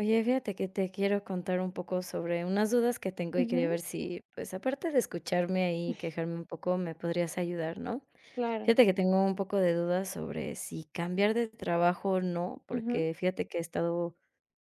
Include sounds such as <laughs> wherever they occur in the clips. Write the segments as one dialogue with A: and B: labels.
A: Oye, fíjate que te quiero contar un poco sobre unas dudas que tengo y quería
B: Ujú,
A: ver si, pues, aparte de escucharme ahí y quejarme un poco, me podrías ayudar, ¿no?
B: claro.
A: Fíjate que tengo un poco de dudas sobre si cambiar de trabajo o no,
B: Ujú,
A: porque fíjate que he estado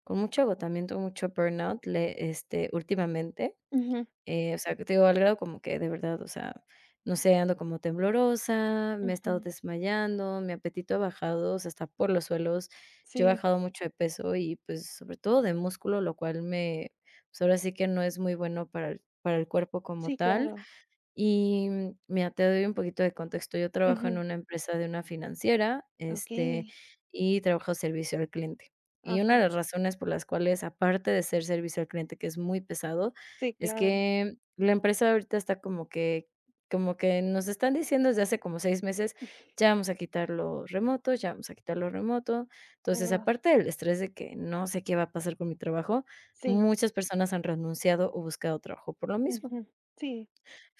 A: con mucho agotamiento, mucho burnout, últimamente.
B: ujú,
A: O sea, que te digo, al grado como que de verdad, o sea, no sé, ando como temblorosa, me he estado
B: ujú.
A: desmayando, mi apetito ha bajado, o sea, está por los suelos. Yo he
B: Sí,
A: bajado mucho de peso y, pues, sobre todo de músculo, lo cual me pues, ahora sí que no es muy bueno para el cuerpo como
B: sí,
A: tal.
B: claro.
A: Y, mira, te doy un poquito de contexto. Yo trabajo en
B: Ujú,
A: una empresa de una financiera,
B: okey.
A: y trabajo servicio al cliente. Y una
B: Ajá.
A: de las razones por las cuales, aparte de ser servicio al cliente, que es muy pesado,
B: Sí,
A: es
B: claro.
A: que la empresa ahorita está como que nos están diciendo desde hace como 6 meses, ya vamos a quitar lo remoto, ya vamos a quitar lo remoto. Entonces,
B: Ah,
A: aparte del estrés de que no sé qué va a pasar con mi trabajo,
B: sí.
A: muchas personas han renunciado o buscado trabajo por lo mismo.
B: Ujú. Sí.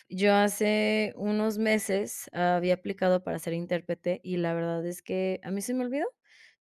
A: Yo hace unos meses había aplicado para ser intérprete y la verdad es que a mí se me olvidó.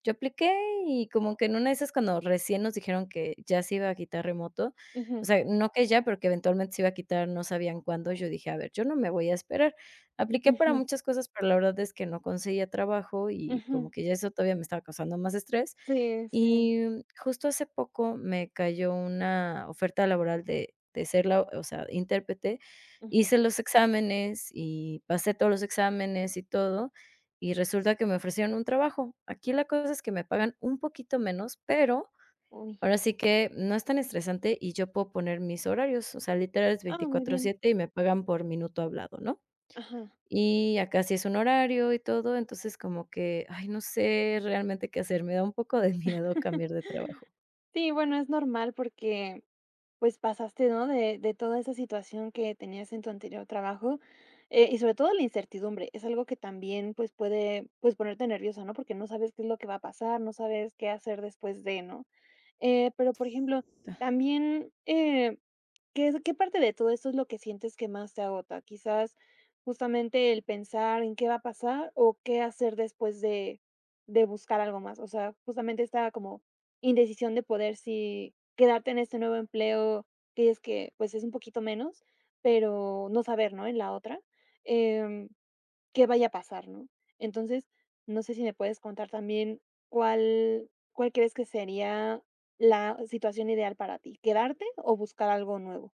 A: Yo apliqué y como que en una de esas cuando recién nos dijeron que ya se iba a quitar remoto, o
B: Ujú,
A: sea, no que ya, pero que eventualmente se iba a quitar, no sabían cuándo, yo dije, a ver, yo no me voy a esperar. Apliqué para
B: ujú,
A: muchas cosas, pero la verdad es que no conseguía trabajo y
B: ujú.
A: como que ya eso todavía me estaba causando más estrés.
B: Sí, sí.
A: Y justo hace poco me cayó una oferta laboral de ser, o sea, intérprete.
B: Ujú.
A: Hice los exámenes y pasé todos los exámenes y todo, y resulta que me ofrecieron un trabajo. Aquí la cosa es que me pagan un poquito menos, pero
B: Uy.
A: ahora sí que no es tan estresante y yo puedo poner mis horarios, o sea, literal es
B: Ah, muy
A: veinticuatro
B: bien.
A: siete y me pagan por minuto hablado, ¿no?
B: Ajá.
A: Y acá sí es un horario y todo, entonces como que, ay, no sé realmente qué hacer, me da un poco de <laughs> miedo cambiar de
B: <laughs>
A: trabajo.
B: Sí, bueno, es normal porque, pues, pasaste, ¿no? De toda esa situación que tenías en tu anterior trabajo, y sobre todo la incertidumbre, es algo que también, pues, puede, pues, ponerte nerviosa, ¿no? Porque no sabes qué es lo que va a pasar, no sabes qué hacer después de, ¿no? Pero, por ejemplo, también, ¿qué parte de todo esto es lo que sientes que más te agota? Quizás, justamente el pensar en qué va a pasar o qué hacer después de buscar algo más. O sea, justamente esta como indecisión de poder si quedarte en este nuevo empleo, que es que, pues, es un poquito menos, pero no saber, ¿no?, en la otra. Em qué vaya a pasar, ¿no? Entonces, no sé si me puedes contar también cuál crees que sería la situación ideal para ti, ¿quedarte o buscar algo nuevo?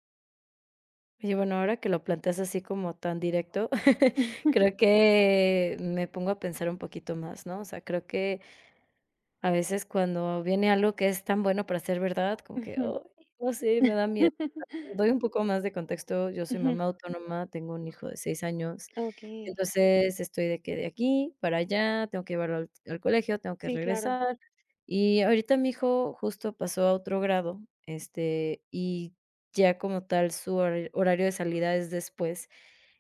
A: Oye, bueno, ahora que lo planteas así como tan directo, <laughs> creo
B: <laughs>
A: que me pongo a pensar un poquito más, ¿no? O sea, creo que a veces cuando viene algo que es tan bueno para ser verdad, como que,
B: Ujú.
A: "Ay, no sé, me da
B: <laughs>
A: miedo". Doy un poco más de contexto, yo soy
B: Ujú.
A: mamá autónoma, tengo un hijo de 6 años,
B: Okey.
A: entonces estoy de que de aquí para allá, tengo que llevarlo al colegio, tengo que
B: Sí, claro.
A: regresar, y ahorita mi hijo justo pasó a otro grado, y ya como tal su horario de salida es después,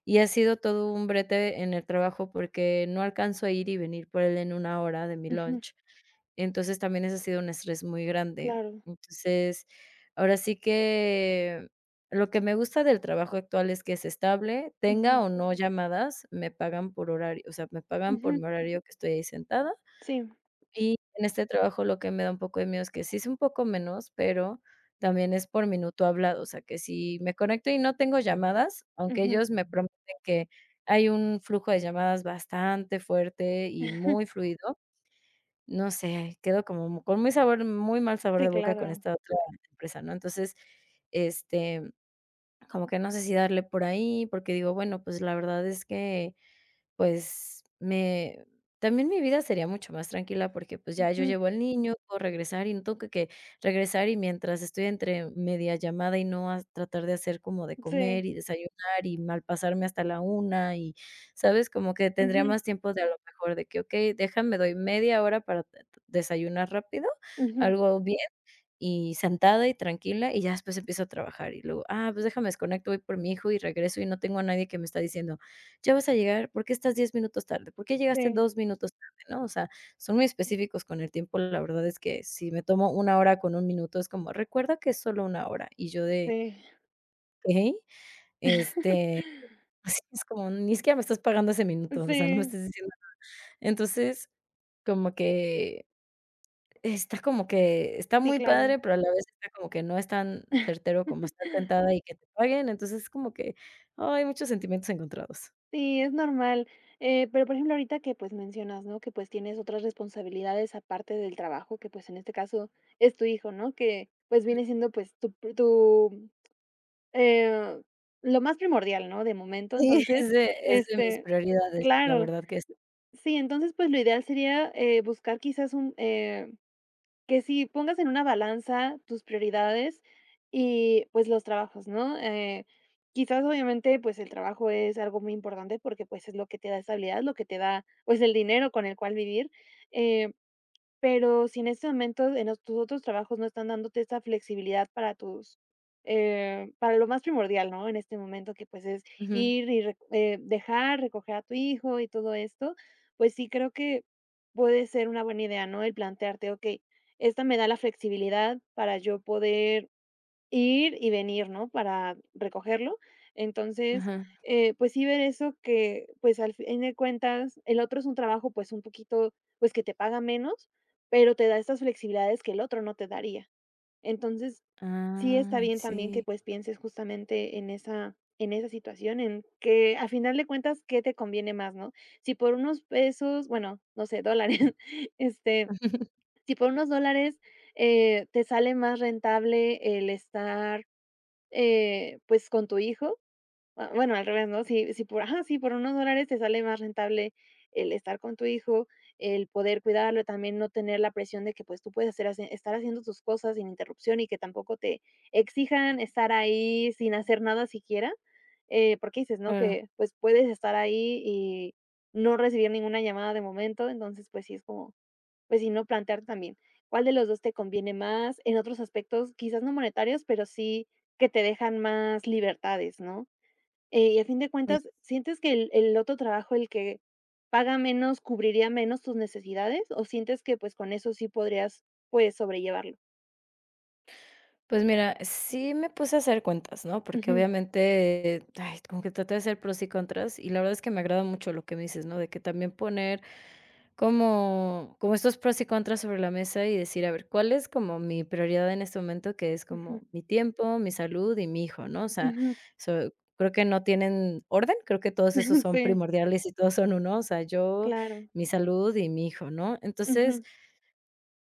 A: y ha sido todo un brete en el trabajo porque no alcanzo a ir y venir por él en 1 hora de mi
B: Ujú.
A: lunch, entonces también ese ha sido un estrés muy grande.
B: Claro.
A: Entonces, ahora sí que lo que me gusta del trabajo actual es que es estable, tenga
B: Ujú.
A: o no llamadas, me pagan por horario, o sea, me pagan por
B: Ujú.
A: mi horario que estoy ahí sentada.
B: Sí.
A: Y en este trabajo lo que me da un poco de miedo es que sí es un poco menos, pero también es por minuto hablado, o sea, que si me conecto y no tengo llamadas, aunque
B: Ujú.
A: ellos me prometen que hay un flujo de llamadas bastante fuerte y muy
B: <laughs>
A: fluido, no sé, quedo como con muy mal sabor
B: Sí,
A: de boca con
B: claro.
A: esta otra empresa, ¿no? Entonces, este como que no sé si darle por ahí, porque digo, bueno, pues la verdad es que, pues, me también mi vida sería mucho más tranquila porque, pues, ya yo
B: Ujú.
A: llevo al niño, puedo regresar y no tengo que regresar y mientras estoy entre media llamada y no a tratar de hacer como de
B: Sí.
A: comer y desayunar y malpasarme hasta la una y, ¿sabes? Como que tendría
B: Ujú.
A: más tiempo de a lo mejor de que, okey, déjame, doy media hora para t t desayunar rápido,
B: Ujú.
A: algo bien y sentada y tranquila, y ya después empiezo a trabajar, y luego: "Ah, pues déjame desconecto, voy por mi hijo y regreso", y no tengo a nadie que me está diciendo: "Ya vas a llegar, ¿por qué estás 10 minutos tarde? ¿Por qué llegaste
B: Sí,
A: 2 minutos tarde?", ¿no? O sea, son muy específicos con el tiempo. La verdad es que si me tomo 1 hora con 1 minuto, es como: "Recuerda que es solo 1 hora", y yo de:
B: sí.
A: "Okey", este,
B: <laughs>
A: <laughs> así es como: "Ni siquiera me estás pagando ese minuto, o sea, no me
B: Sí.
A: estás diciendo". Entonces, como que como que está
B: Sí,
A: muy padre,
B: claro.
A: pero a la vez está como que no es tan certero
B: <laughs>
A: como estar sentada y que te paguen, entonces es como que, ay, muchos sentimientos encontrados. <laughs>
B: Sí, es normal. Pero, por ejemplo, ahorita que, pues, mencionas, ¿no?, que, pues, tienes otras responsabilidades aparte del trabajo, que, pues, en este caso es tu hijo, ¿no?, que, pues, viene siendo, pues, tu, eh, lo más primordial, ¿no?, de momento.
A: Sí, es
B: Entonces,
A: de es de mis
B: este,
A: prioridades, la
B: claro,
A: verdad que sí.
B: sí, entonces, pues, lo ideal sería, buscar quizás que sí pongas en una balanza tus prioridades y, pues, los trabajos, ¿no? Quizás, obviamente, pues, el trabajo es algo muy importante porque, pues, es lo que te da estabilidad, lo que te da, pues, el dinero con el cual vivir, eh, pero si en este momento en los tus otros trabajos no están dándote esa flexibilidad para tus, para lo más primordial, ¿no? En este momento que, pues, es
A: Ujú,
B: ir y rec dejar, recoger a tu hijo y todo esto, pues sí creo que puede ser una buena idea, ¿no? El plantearte, okey, esta me da la flexibilidad para yo poder ir y venir, ¿no? Para recogerlo. Entonces,
A: ajá.
B: pues sí ver eso que, pues, al fin de cuentas, el otro es un trabajo, pues, un poquito, pues, que te paga menos, pero te da estas flexibilidades que el otro no te daría. Entonces, sí está
A: Ah,
B: bien también que,
A: sí,
B: pues, pienses justamente en esa situación, en que, a final de cuentas, ¿qué te conviene más, no? Si por unos pesos, bueno, no sé, dólares, <laughs> este, si por unos dólares, te sale más rentable el estar pues, con tu hijo, ah, bueno, al revés, ¿no? Si si por ajá, sí, por unos dólares te sale más rentable el estar con tu hijo, el poder cuidarlo, también no tener la presión de que, pues, tú puedes hacer hace estar haciendo tus cosas sin interrupción y que tampoco te exijan estar ahí sin hacer nada siquiera, porque dices, ¿no?
A: claro.
B: Que, pues, puedes estar ahí y no recibir ninguna llamada de momento, entonces, pues sí es como pues si no, plantear también, ¿cuál de los 2 te conviene más? En otros aspectos, quizás no monetarios, pero sí que te dejan más libertades, ¿no? Y a fin de
A: Oye,
B: cuentas, ¿sientes que el otro trabajo, el que paga menos, cubriría menos tus necesidades? ¿O sientes que, pues, con eso sí podrías, pues, sobrellevarlo?
A: pues mira, sí me puse a hacer cuentas, ¿no? Porque
B: Ujú,
A: obviamente, ay, como que traté de hacer pros y contras, y la verdad es que me agrada mucho lo que me dices, ¿no? De que también poner como estos pros y contras sobre la mesa y decir, a ver, ¿cuál es como mi prioridad en este momento? Que es
B: ujú,
A: como mi tiempo, mi salud y mi hijo, ¿no? O sea,
B: ujú.
A: so creo que no tienen orden, creo que todos esos
B: <laughs>
A: son
B: Sí,
A: primordiales y todos son uno, o sea, yo,
B: claro.
A: mi salud y mi hijo, ¿no? Entonces
B: Ujú,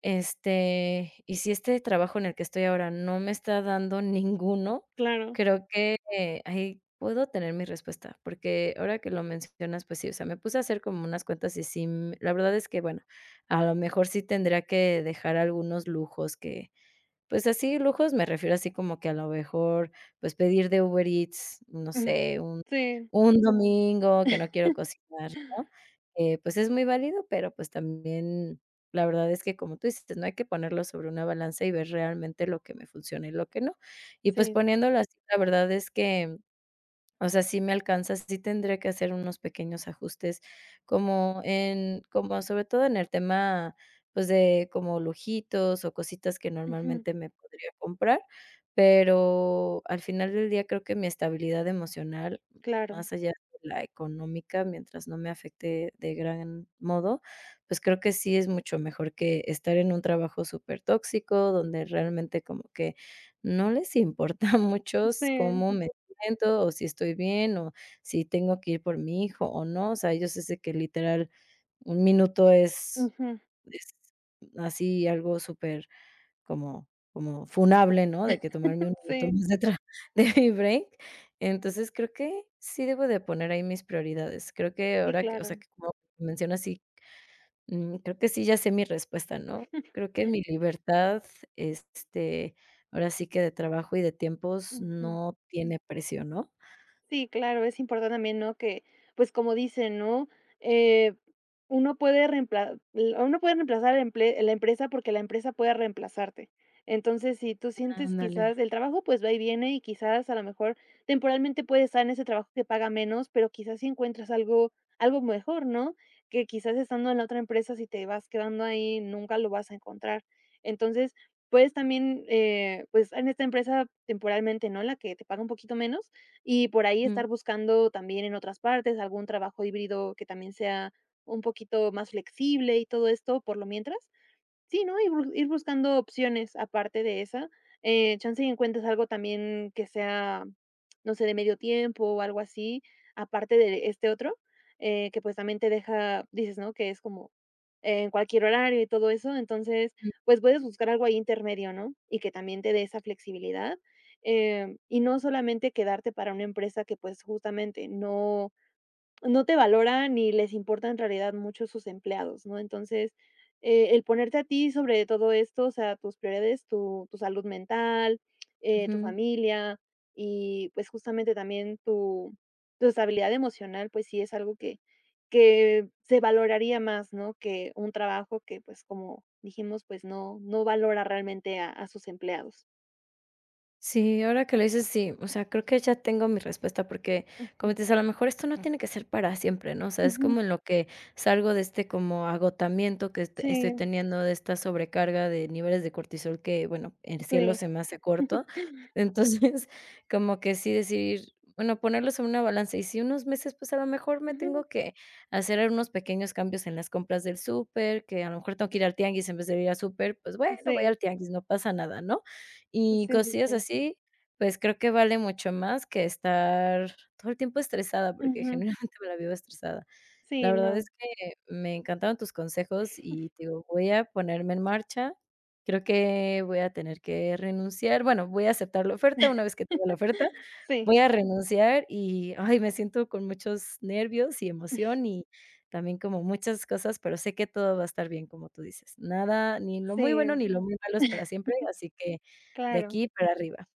A: y si este trabajo en el que estoy ahora no me está dando <laughs> ninguno,
B: claro.
A: creo que ahí puedo tener mi respuesta, porque ahora que lo mencionas, pues sí, o sea, me puse a hacer como unas cuentas y sí, la verdad es que, bueno, a lo mejor sí tendría que dejar algunos lujos que pues así, lujos, me refiero así como que a lo mejor, pues, pedir de Uber Eats, no
B: Mm,
A: sé, un
B: sí,
A: un domingo que no quiero cocinar, ¿no? Pues, es muy válido, pero, pues, también la verdad es que, como tú dices, no hay que ponerlo sobre una balanza y ver realmente lo que me funciona y lo que no. Y, pues,
B: sí.
A: poniéndolo así, la verdad es que o sea, sí me alcanza, sí tendré que hacer unos pequeños ajustes como sobre todo en el tema, pues, de como lujitos o cositas que
B: Ujú,
A: normalmente me podría comprar, pero al final del día creo que mi estabilidad emocional,
B: claro.
A: más allá de la económica, mientras no me afecte de gran modo, pues, creo que sí es mucho mejor que estar en un trabajo súper tóxico donde realmente como que no les importa <laughs> mucho
B: Sí.
A: cómo me momento, o si estoy bien, o si tengo que ir por mi hijo o no. O sea, ellos desde que literal 1 minuto es
B: Ujú,
A: es así algo súper como funable, ¿no? De que tomarme un
B: <laughs>
A: minuto
B: sí.
A: más de tra <laughs> de mi break. Entonces, creo que sí debo de poner ahí mis prioridades. Creo que
B: Sí,
A: ahora que o sea,
B: claro.
A: que como mencionas, sí, creo que sí ya sé mi respuesta, ¿no?
B: <laughs>
A: Creo que mi libertad, este, ahora sí que de trabajo y de tiempos
B: Ujú.
A: no tiene precio, ¿no?
B: Sí, claro, es importante también, ¿no? Que, pues, como dicen, ¿no? Eh, uno puede reemplazar el emple la empresa porque la empresa puede reemplazarte. Entonces, si tú sientes
A: Ándale.
B: quizás el trabajo, pues, va y viene y quizás a lo mejor temporalmente puedes estar en ese trabajo que paga menos, pero quizás si encuentras algo mejor, ¿no? Que quizás estando en la otra empresa, si te vas quedando ahí, nunca lo vas a encontrar. Entonces, puedes también, pues, en esta empresa temporalmente, ¿no? La que te paga un poquito menos y por ahí
A: Ujú,
B: estar buscando también en otras partes algún trabajo híbrido que también sea un poquito más flexible y todo esto por lo mientras. Sí, ¿no? Ir buscando opciones aparte de esa, chance y encuentras algo también que sea, no sé, de medio tiempo o algo así, aparte de este otro, que, pues, también te deja dices, ¿no?, que es como en cualquier horario y todo eso. Entonces,
A: ujú.
B: pues, puedes buscar algo ahí intermedio, ¿no? Y que también te dé esa flexibilidad, y no solamente quedarte para una empresa que, pues, justamente no no te valoran ni les importa en realidad mucho sus empleados, ¿no? Entonces, el ponerte a ti sobre todo esto, o sea, tus prioridades, tu tu salud mental, tu
A: Ujú.
B: familia y, pues, justamente también tu tu estabilidad emocional, pues sí es algo que se valoraría más, ¿no? Que un trabajo que, pues, como dijimos, pues no no valora realmente a sus empleados.
A: Sí, ahora que lo dices, sí, o sea, creo que ya tengo mi respuesta porque, como
B: Ujú,
A: te dices, a lo mejor esto no tiene que ser para siempre, ¿no? O sea, es
B: ujú.
A: como en lo que salgo de este como agotamiento que estoy
B: Sí,
A: teniendo, de esta sobrecarga de niveles de cortisol que, bueno, el cielo
B: sí.
A: se me hace corto.
B: <laughs>
A: Entonces, <laughs> como que sí decir, bueno, ponerlos en una balanza y si unos meses, pues a lo mejor me
B: Ujú,
A: tengo que hacer unos pequeños cambios en las compras del súper, que a lo mejor tengo que ir al tianguis en vez de ir al súper, pues bueno, voy al
B: sí,
A: tianguis, no pasa nada, ¿no? Y
B: sí, sí,
A: cosillas
B: sí.
A: así, pues, creo que vale mucho más que estar todo el tiempo estresada, porque
B: Ujú.
A: <laughs> generalmente me la vivo estresada. La
B: Sí,
A: verdad es
B: no.
A: que me encantaron tus consejos y te digo, voy a ponerme en marcha. Creo que voy a tener que renunciar, bueno, voy a aceptar la oferta una vez que tenga la oferta.
B: <laughs> Sí,
A: Voy a renunciar y, ay, me siento con muchos nervios y emoción y también como muchas cosas, pero sé que todo va a estar bien, como tú dices. Nada, ni lo muy bueno
B: sí,
A: ni lo muy malo es para siempre, así que de
B: claro.
A: aquí para arriba.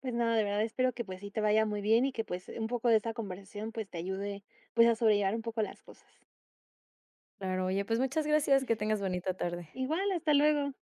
B: Pues nada, de verdad espero que, pues, sí te vaya muy bien y que, pues, un poco de esta conversación, pues, te ayude, pues, a sobrellevar un poco las cosas.
A: Claro, oye, pues muchas gracias, que tengas bonita tarde.
B: Igual, hasta luego.